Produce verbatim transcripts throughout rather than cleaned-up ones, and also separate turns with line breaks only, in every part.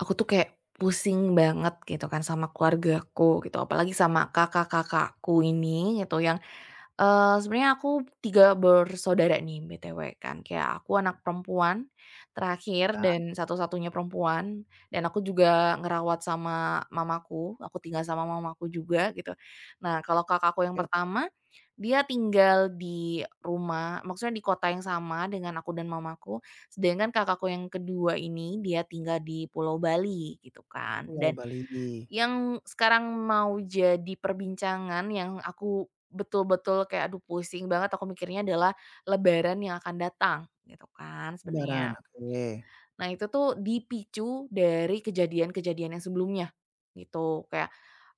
Aku tuh kayak pusing banget gitu kan sama keluargaku gitu, apalagi sama kakak-kakakku ini gitu yang Eee, sebenarnya aku tiga bersaudara nih B T W kan, kayak aku anak perempuan terakhir
Ya,
dan satu-satunya perempuan, dan aku juga ngerawat sama mamaku, aku tinggal sama mamaku juga gitu. Nah kalau kakakku yang
oke oke,
pertama, dia tinggal di rumah maksudnya di kota yang sama dengan aku dan mamaku, sedangkan kakakku yang kedua ini dia tinggal di Pulau Bali gitu kan,
Pulau
dan
Bali,
yang sekarang mau jadi perbincangan yang aku betul-betul kayak, aduh pusing banget aku mikirnya adalah lebaran yang akan datang, gitu kan
Lebaran,
sebenarnya.
oke.
Nah itu tuh dipicu dari kejadian-kejadian yang sebelumnya, gitu. Kayak,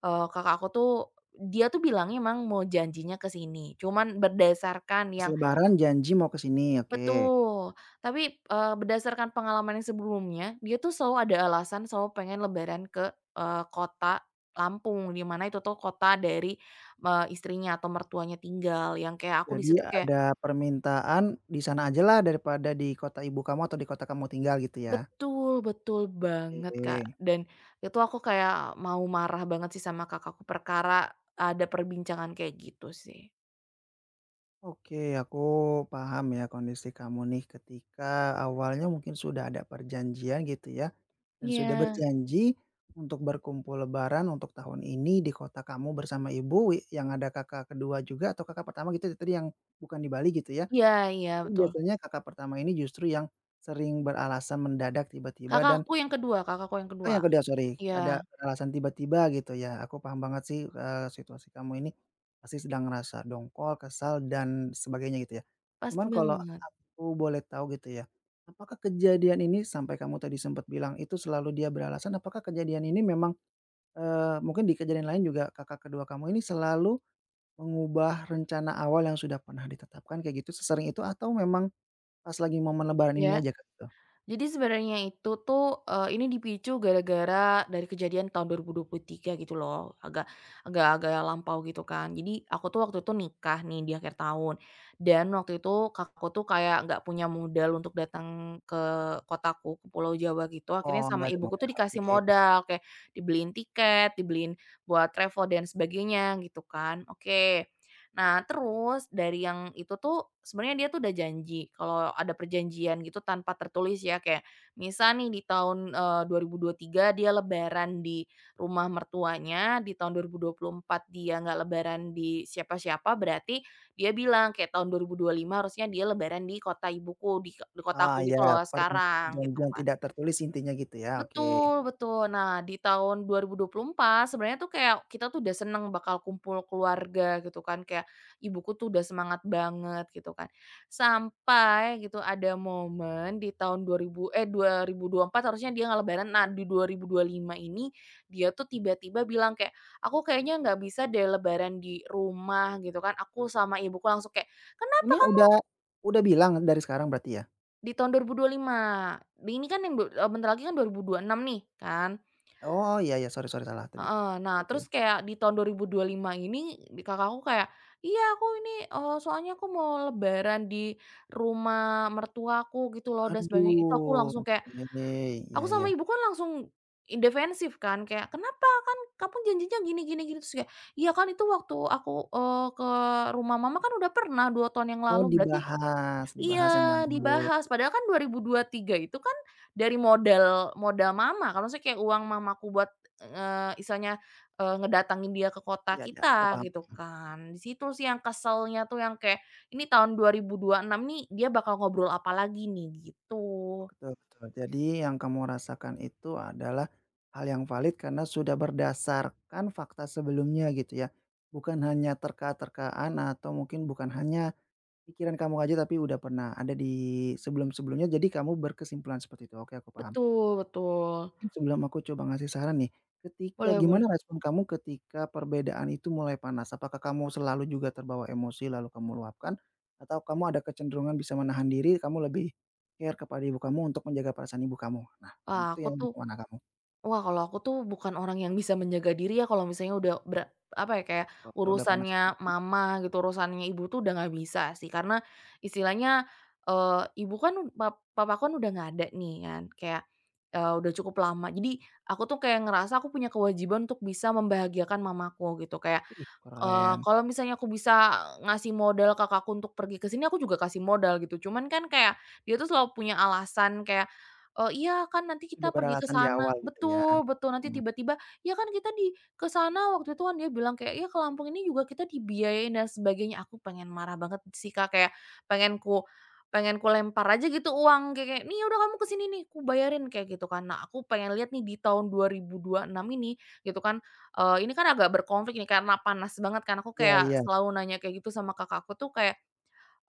eee, kakak aku tuh, dia tuh bilangnya emang mau janjinya ke sini, cuman berdasarkan
Pas
yang
Lebaran janji mau ke sini, oke.
Betul, tapi, eee, berdasarkan pengalaman yang sebelumnya, dia tuh selalu ada alasan, selalu pengen lebaran ke, eee, kota Lampung, di mana itu tuh kota dari, eee, istrinya atau mertuanya tinggal, yang kayak aku di
Jadi
situ kayak
ada permintaan di sana ajalah daripada di kota ibu kamu atau di kota kamu tinggal gitu ya?
betul, betul banget, Kak.
Oke.
Dan itu aku kayak mau marah banget sih sama kakakku perkara ada perbincangan kayak gitu sih.
Oke, aku paham ya kondisi kamu nih ketika awalnya mungkin sudah ada perjanjian gitu ya, dan sudah
Iya,
berjanji untuk berkumpul Lebaran untuk tahun ini di kota kamu bersama ibu wi- yang ada kakak kedua juga atau kakak pertama gitu ya, tadi yang bukan di Bali gitu ya?
iya iya,
Tapi
betul.
biasanya kakak pertama ini justru yang sering beralasan mendadak tiba-tiba dan
Kakakku yang kedua kakakku yang
oh,
kedua.
yang kedua sorry,
Iya,
ada alasan tiba-tiba gitu ya. Aku paham banget sih, eee, situasi kamu ini pasti sedang ngerasa dongkol, kesal, dan sebagainya gitu ya.
pas
Cuman kalau
banget,
aku boleh tahu gitu ya, apakah kejadian ini sampai kamu tadi sempat bilang itu selalu dia beralasan, apakah kejadian ini memang, eee, mungkin di kejadian lain juga kakak kedua kamu ini selalu mengubah rencana awal yang sudah pernah ditetapkan kayak gitu, sesering itu atau memang pas lagi momen lebaran ini
ya.
aja, Kak, gitu?
Jadi sebenarnya itu tuh, eee, ini dipicu gara-gara dari kejadian tahun dua ribu dua puluh tiga gitu loh, agak agak agak lampau gitu kan. Jadi aku tuh waktu itu nikah nih di akhir tahun, dan waktu itu kakakku tuh kayak nggak punya modal untuk datang ke kotaku, ke Pulau Jawa gitu, akhirnya
Oh,
sama
nggak ada
ibuku tuh
modal,
dikasih
oke.
modal, kayak dibeliin tiket, dibeliin buat travel dan sebagainya gitu kan, oke. Nah, terus dari yang itu tuh sebenarnya dia tuh udah janji kalau ada perjanjian gitu tanpa tertulis ya, kayak misal nih di tahun, eee, dua ribu dua puluh tiga dia lebaran di rumah mertuanya, di tahun dua ribu dua puluh empat dia nggak lebaran di siapa-siapa, berarti dia bilang kayak tahun dua ribu dua puluh lima harusnya dia lebaran di kota ibuku, di di kota
Ah,
aku
iya,
gitu loh
pernah
sekarang, gitu
perjanjian
kan.
tidak tertulis intinya gitu ya, oke.
Betul betul. Nah, di tahun dua ribu dua puluh empat sebenarnya tuh kayak kita tuh udah seneng bakal kumpul keluarga gitu kan, kayak ibuku tuh udah semangat banget gitu kan. Sampai gitu ada momen di tahun dua ribu eh, dua ribu dua puluh empat harusnya dia nggak lebaran, nah di dua ribu dua puluh lima ini dia tuh tiba-tiba bilang kayak, "Aku kayaknya nggak bisa deh lebaran di rumah," gitu kan. Aku sama ibuku langsung kayak, "Kenapa?"
Ini udah udah bilang dari sekarang berarti ya?
Di tahun dua ribu dua puluh lima, ini kan yang du eee, bentar lagi kan dua ribu dua puluh enam nih kan.
Oh, iya iya, sorry sorry, salah tadi.
Heeh. Nah,
Oke.
terus kayak di tahun dua ribu dua puluh lima ini di kakak aku kayak, "Iya aku ini, eee, soalnya aku mau lebaran di rumah mertuaku," gitu loh, dan sebagainya. Itu aku
Waduh,
langsung kayak
oke, iya
aku sama
iya.
ibuku kan langsung indefensif kan, kayak, "Kenapa? Kan kamu janjinya gini gini gini." Terus kayak, "Iya kan itu waktu aku, eee, ke rumah mama kan udah pernah dua tahun yang
Oh,
lalu, berarti
dibahas
Iya,
dibahas yang lalu.
dibahas." Padahal kan dua ribu dua puluh tiga itu kan dari modal modal mama kalau maksudnya kayak uang mamaku buat, eee, istilahnya, eee, ngedatangin dia ke kota
Iya iya, aku
kita
paham.
gitu kan. Di situ sih yang keselnya tuh yang kayak, ini tahun dua ribu dua puluh enam nih dia bakal ngobrol apa lagi nih, gitu.
Betul betul. Jadi yang kamu rasakan itu adalah hal yang valid karena sudah berdasarkan fakta sebelumnya gitu ya. Bukan hanya terka-terkaan atau mungkin bukan hanya pikiran kamu aja tapi udah pernah ada di sebelum-sebelumnya jadi kamu berkesimpulan seperti itu. Oke, aku paham.
Betul betul.
Mungkin sebelum aku coba ngasih saran nih, ketika
Boleh
gimana
boleh.
respon kamu ketika perbedaan itu mulai panas? Apakah kamu selalu juga terbawa emosi lalu kamu luapkan? Atau kamu ada kecenderungan bisa menahan diri, kamu lebih care kepada ibu kamu untuk menjaga perasaan ibu kamu? Nah, yang
Wah,
itu
aku
yang di
tuh
mana kamu?
Wah, kalau aku tuh bukan orang yang bisa menjaga diri ya kalau misalnya udah ber apa ya, kayak
Kalau udah panas gitu
urusannya
ya,
mama gitu, urusannya ibu tuh udah nggak bisa sih. Karena istilahnya, eee, ibu kan pa papaku kan udah nggak ada nih kan, kayak, eee, udah cukup lama. Jadi aku tuh kayak ngerasa aku punya kewajiban untuk bisa membahagiakan mamaku gitu. Kayak,
ih
eee,
keren,
kalau misalnya aku bisa ngasih modal kakakku untuk pergi ke sini, aku juga kasih modal gitu. Cuman kan kayak dia tuh selalu punya alasan kayak oh, "Iya kan nanti
sudah
kita pergi ke
beralasan di
sana,"
awal gitu ya.
betul betul, nanti
Mhm,
tiba-tiba, "Ya kan kita di ke sana waktu itu kan," dia bilang kayak, "ya ke Lampung ini juga kita dibiayain dan sebagainya." Aku pengen marah banget sih, Kak, kayak pengen ku pengen ku lempar aja gitu uang kayak kayak, "Nih udah kamu ke sini nih, ku bayarin," kayak gitu kan. Nah, aku pengen lihat nih di tahun dua ribu dua puluh enam ini gitu kan, eee, ini kan agak berkonflik nih karena panas banget kan, aku
iya
kayak
iya,
selalu nanya kayak gitu sama kakakku tuh kayak,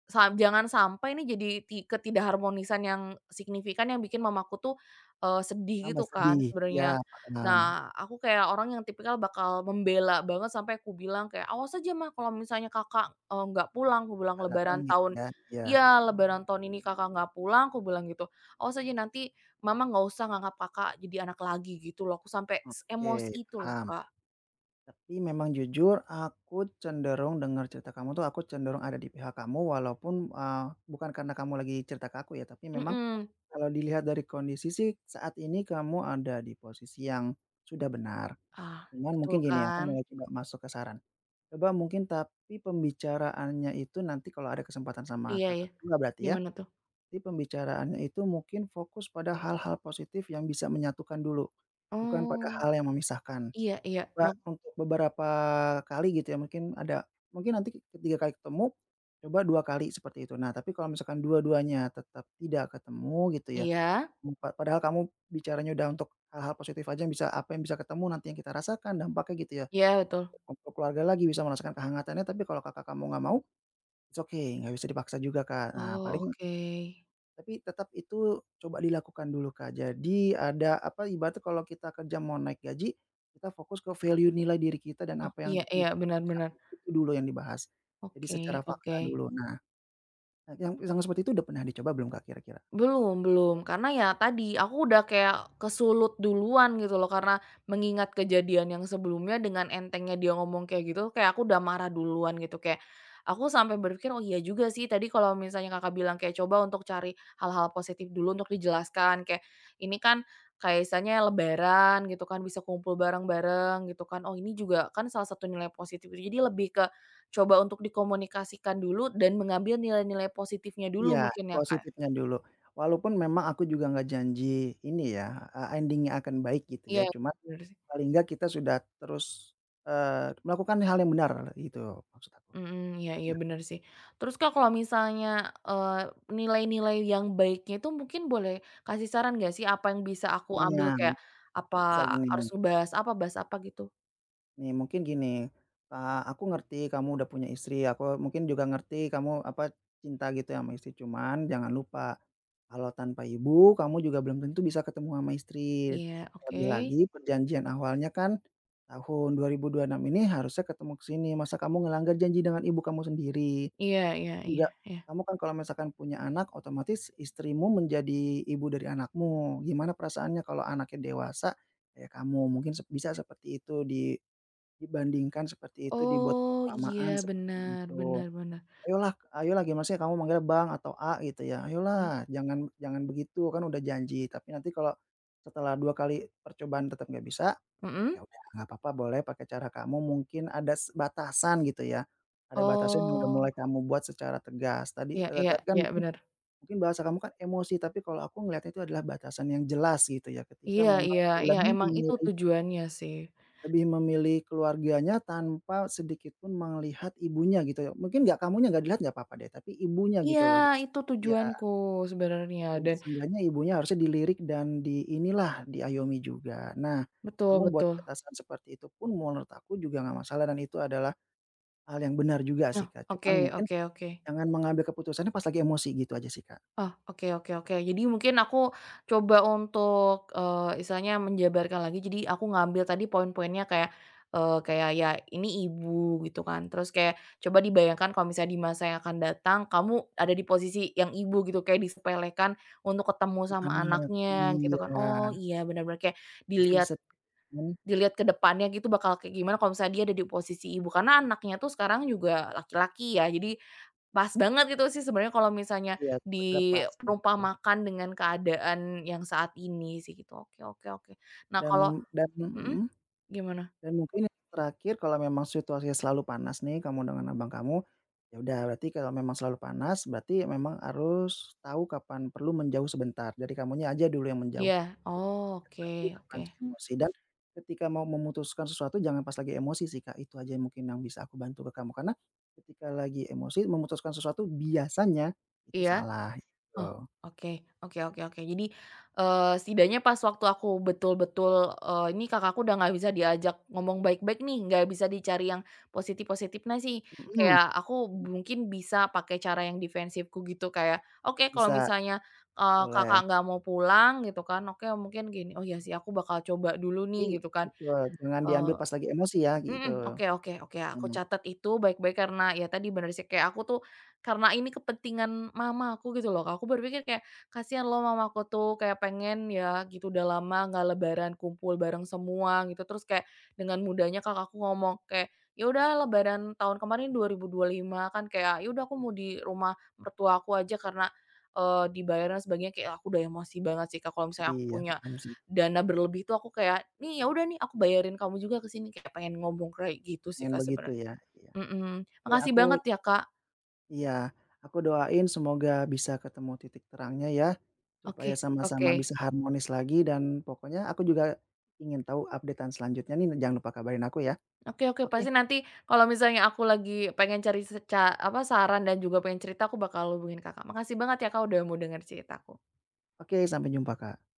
sa jangan sampai ini jadi ti ketidakharmonisan yang signifikan yang bikin mamaku tuh, eee, sedih
tambah
gitu kan
sedih, iya
sebenarnya.
paham,
Nah, aku kayak orang yang tipikal bakal membela banget sampai aku bilang kayak, "Awas aja Mah kalau misalnya Kakak, eee, nggak pulang," aku bilang,
nggak datang
"lebaran
gitu
tahun"
ya, iya,
ya "lebaran tahun ini Kakak nggak pulang," aku bilang gitu, "awas aja nanti Mama nggak usah nganggap Kakak jadi anak lagi," gitu loh. Aku sampai
oke,
seemosi itu loh,
paham.
Kak.
Tapi memang jujur aku cenderung dengar cerita kamu tuh, aku cenderung ada di pihak kamu walaupun, eee, bukan karena kamu lagi cerita ke aku ya, tapi memang
Mhm.
kalau dilihat dari kondisi sih saat ini kamu ada di posisi yang sudah benar.
Ah,
Cuman
betul
mungkin gini, aku
kan?
mulai coba masuk ke saran. Coba mungkin tapi pembicaraannya itu nanti kalau ada kesempatan sama
Iya iya.
Kakak juga berarti ya,
Gimana tuh?
tapi pembicaraannya itu mungkin fokus pada hal-hal positif yang bisa menyatukan dulu, bukan pada
Oh.
hal yang memisahkan,
Iya iya,
coba
mak
untuk beberapa kali gitu ya mungkin ada mungkin nanti ketiga kali ketemu, coba dua kali seperti itu. Nah tapi kalau misalkan dua-duanya tetap tidak ketemu gitu ya,
iya
empa padahal kamu bicaranya udah untuk hal-hal positif aja yang bisa apa yang bisa ketemu nanti yang kita rasakan dampaknya gitu ya,
iya betul.
untuk keluarga lagi bisa merasakan kehangatannya tapi kalau Kakak kamu nggak mau, it's okay nggak bisa dipaksa juga Kak. Nah
Oh,
paling
oke.
tapi tetap itu coba dilakukan dulu, Kak. Jadi ada apa, ibaratnya kalau kita kerja mau naik gaji, kita fokus ke value nilai diri kita dan
Oh,
apa yang
iya iya,
didapat
benar
perusahaan,
benar.
itu dulu yang dibahas. Jadi secara
Oke
fakta
oke.
dulu. Nah, nah, yang yang seperti itu udah pernah dicoba belum, Kak, kira-kira?
Belum belum, karena ya tadi, aku udah kayak kesulut duluan gitu loh, karena mengingat kejadian yang sebelumnya dengan entengnya dia ngomong kayak gitu, kayak aku udah marah duluan gitu, kayak aku sampai berpikir, "Oh iya juga sih tadi kalau misalnya Kakak bilang kayak coba untuk cari hal-hal positif dulu untuk dijelaskan," kayak ini kan kayak misalnya lebaran gitu kan, bisa kumpul bareng-bareng gitu kan, oh ini juga kan salah satu nilai positif itu. Jadi lebih ke coba untuk dikomunikasikan dulu dan mengambil nilai-nilai positifnya
Iya,
dulu mungkin ya, Kak?
positifnya dulu. Walaupun memang aku juga nggak janji ini ya, eee, ending-nya akan baik gitu ya,
Iya,
cuma
bener sih.
paling nggak kita sudah terus, eee, melakukan hal yang benar gitu maksud aku.
Mhm, iya iya bener sih. Terus Kak kalau misalnya, eee, nilai-nilai yang baiknya itu mungkin boleh kasih saran nggak sih apa yang bisa aku ambil
Nah,
kayak, apa
bisa gini.
harus ngebahas apa, bahas apa gitu?
Nih mungkin gini, eee, aku ngerti kamu udah punya istri, aku mungkin juga ngerti kamu, apa, cinta gitu ya sama istri, cuman jangan lupa, kalau tanpa ibu kamu juga belum tentu bisa ketemu sama istri.
Iya, oke.
Lebih lagi perjanjian awalnya kan tahun dua ribu dua puluh enam ini harusnya ketemu ke sini, masa kamu ngelanggar janji dengan ibu kamu sendiri?
Iya iya iya
Juga
iya.
kamu kan kalau misalkan punya anak otomatis istrimu menjadi ibu dari anakmu, gimana perasaannya kalau anaknya dewasa kayak kamu? Mungkin sep bisa seperti itu di dibandingkan seperti itu, dibuat
Oh, iya
perumpamaan seperti
bener
itu.
bener bener.
"Ayolah ayolah," gimana maksudnya kamu manggil Bang atau A gitu ya,
Iya,
"Ayolah jangan jangan begitu, kan udah janji." Tapi nanti kalau setelah dua kali percobaan tetap nggak bisa,
mhm?
ya udah nggak apa-apa boleh pakai cara kamu, mungkin ada s batasan gitu ya. Ada batasan yang udah
Oh,
mulai kamu buat secara tegas. Tadi
iya iya
tadi kan
iya
mungkin
bener.
mungkin bahasa kamu kan emosi, tapi kalau aku ngelihatnya itu adalah batasan yang jelas gitu ya, ketika
Iya
memang
iya iya
berlebih
emang itu tujuannya sih.
lebih memilih keluarganya tanpa sedikit pun melihat ibunya gitu ya. Mungkin nggak kamunya nggak dilihat nggak apa-apa deh, tapi ibunya
Iya,
gitu loh gitu.
itu
Ya,
tujuanku sebenarnya dan
seenggaknya ibunya harusnya dilirik dan di inilah, diayomi juga. Nah,
betul
kamu buat
betul.
batasan seperti itu pun menurut aku juga nggak masalah dan itu adalah hal yang benar juga sih,
Nah,
Kak. Cuman
oke
mungkin
oke oke.
jangan mengambil keputusannya pas lagi emosi gitu aja sih, Kak.
Oh, oke oke oke. Jadi mungkin aku coba untuk, eee, istilahnya menjabarkan lagi, jadi aku ngambil tadi poin-poinnya kayak, eee, kayak ya ini ibu gitu kan, terus kayak coba dibayangkan kalau misalnya di masa yang akan datang kamu ada di posisi yang ibu gitu, kayak disepelekan untuk ketemu sama
Anak
anaknya gitu kan.
iya,
Oh iya, benar-benar kayak
pasti
dilihat
sedih, mmm,
dilihat ke depannya gitu bakal kayak gimana kalau misalnya dia ada di posisi ibu, karena anaknya tuh sekarang juga laki-laki ya, jadi pas banget gitu sih sebenarnya kalau misalnya
iya, terlepas, betul.
diperumpamakan dengan keadaan yang saat ini sih gitu. Oke oke oke. Nah kalau
Dan dan
mhm,
mhm?
gimana?
Dan mungkin yang terakhir kalau memang situasinya selalu panas nih kamu dengan abang kamu, ya udah berarti kalau memang selalu panas berarti memang harus tahu kapan perlu menjauh sebentar, jadi kamunya aja dulu yang menjauh.
Iya, oh oke
Terlalu
oke.
terpancing mmm, emosi dan ketika mau memutuskan sesuatu jangan pas lagi emosi sih, Kak, itu aja yang mungkin yang bisa aku bantu ke kamu, karena ketika lagi emosi memutuskan sesuatu biasanya itu
Iya?
salah
Oh,
gitu.
oke oke oke oke. Jadi, eee, setidaknya pas waktu aku betul-betul, eee, ini kakakku udah nggak bisa diajak ngomong baik-baik nih, nggak bisa dicari yang positif-positifnya sih.
Mhm,
Kayak aku mungkin bisa pakai cara yang defensifku gitu, kayak, oke kalau
bisa
misalnya, eee, kakak
boleh,
nggak mau pulang gitu kan, oke mungkin gini, "Oh iya sih aku bakal coba dulu
tapi
nih," gitu kan.
betul jangan diambil pas lagi emosi ya gitu.
Mhm, oke oke oke, aku
Mhm.
catat itu baik-baik karena ya tadi bener sih kayak aku tuh karena ini kepentingan mama aku gitu loh Kak, aku berpikir kayak, "Kasihan loh mama aku tuh kayak pengen ya gitu udah lama nggak lebaran kumpul bareng semua," gitu. Terus kayak dengan mudahnya kakakku ngomong kayak, "Ya udah lebaran tahun kemarin dua ribu dua puluh lima kan kayak ya udah aku mau di rumah mertua aku aja karena, eee, dibayarnya sebagainya," kayak aku udah emosi banget sih Kak, kalau misalnya aku
Iya,
punya
paham sih,
dana berlebih tuh aku kayak, "Nih, ya udah nih aku bayarin kamu juga ke sini," kayak pengen ngomong kayak gitu sih,
pengen
Kak,
begitu
sebenarnya.
ya, iya.
Mhm,
Oke,
makasih
aku
banget ya, Kak.
iya, aku doain semoga bisa ketemu titik terangnya ya,
Oke
supaya sama-sama
oke.
bisa harmonis lagi dan pokoknya aku juga ingin tahu updatean selanjutnya nih, jangan lupa kabarin aku ya.
Oke oke, pasti
Oke
nanti kalau misalnya aku lagi pengen cari seca apa, saran dan juga pengen cerita aku bakal hubungin Kakak. Makasih banget ya, Kak, udah mau dengar ceritaku.
oke, sampai jumpa, Kak.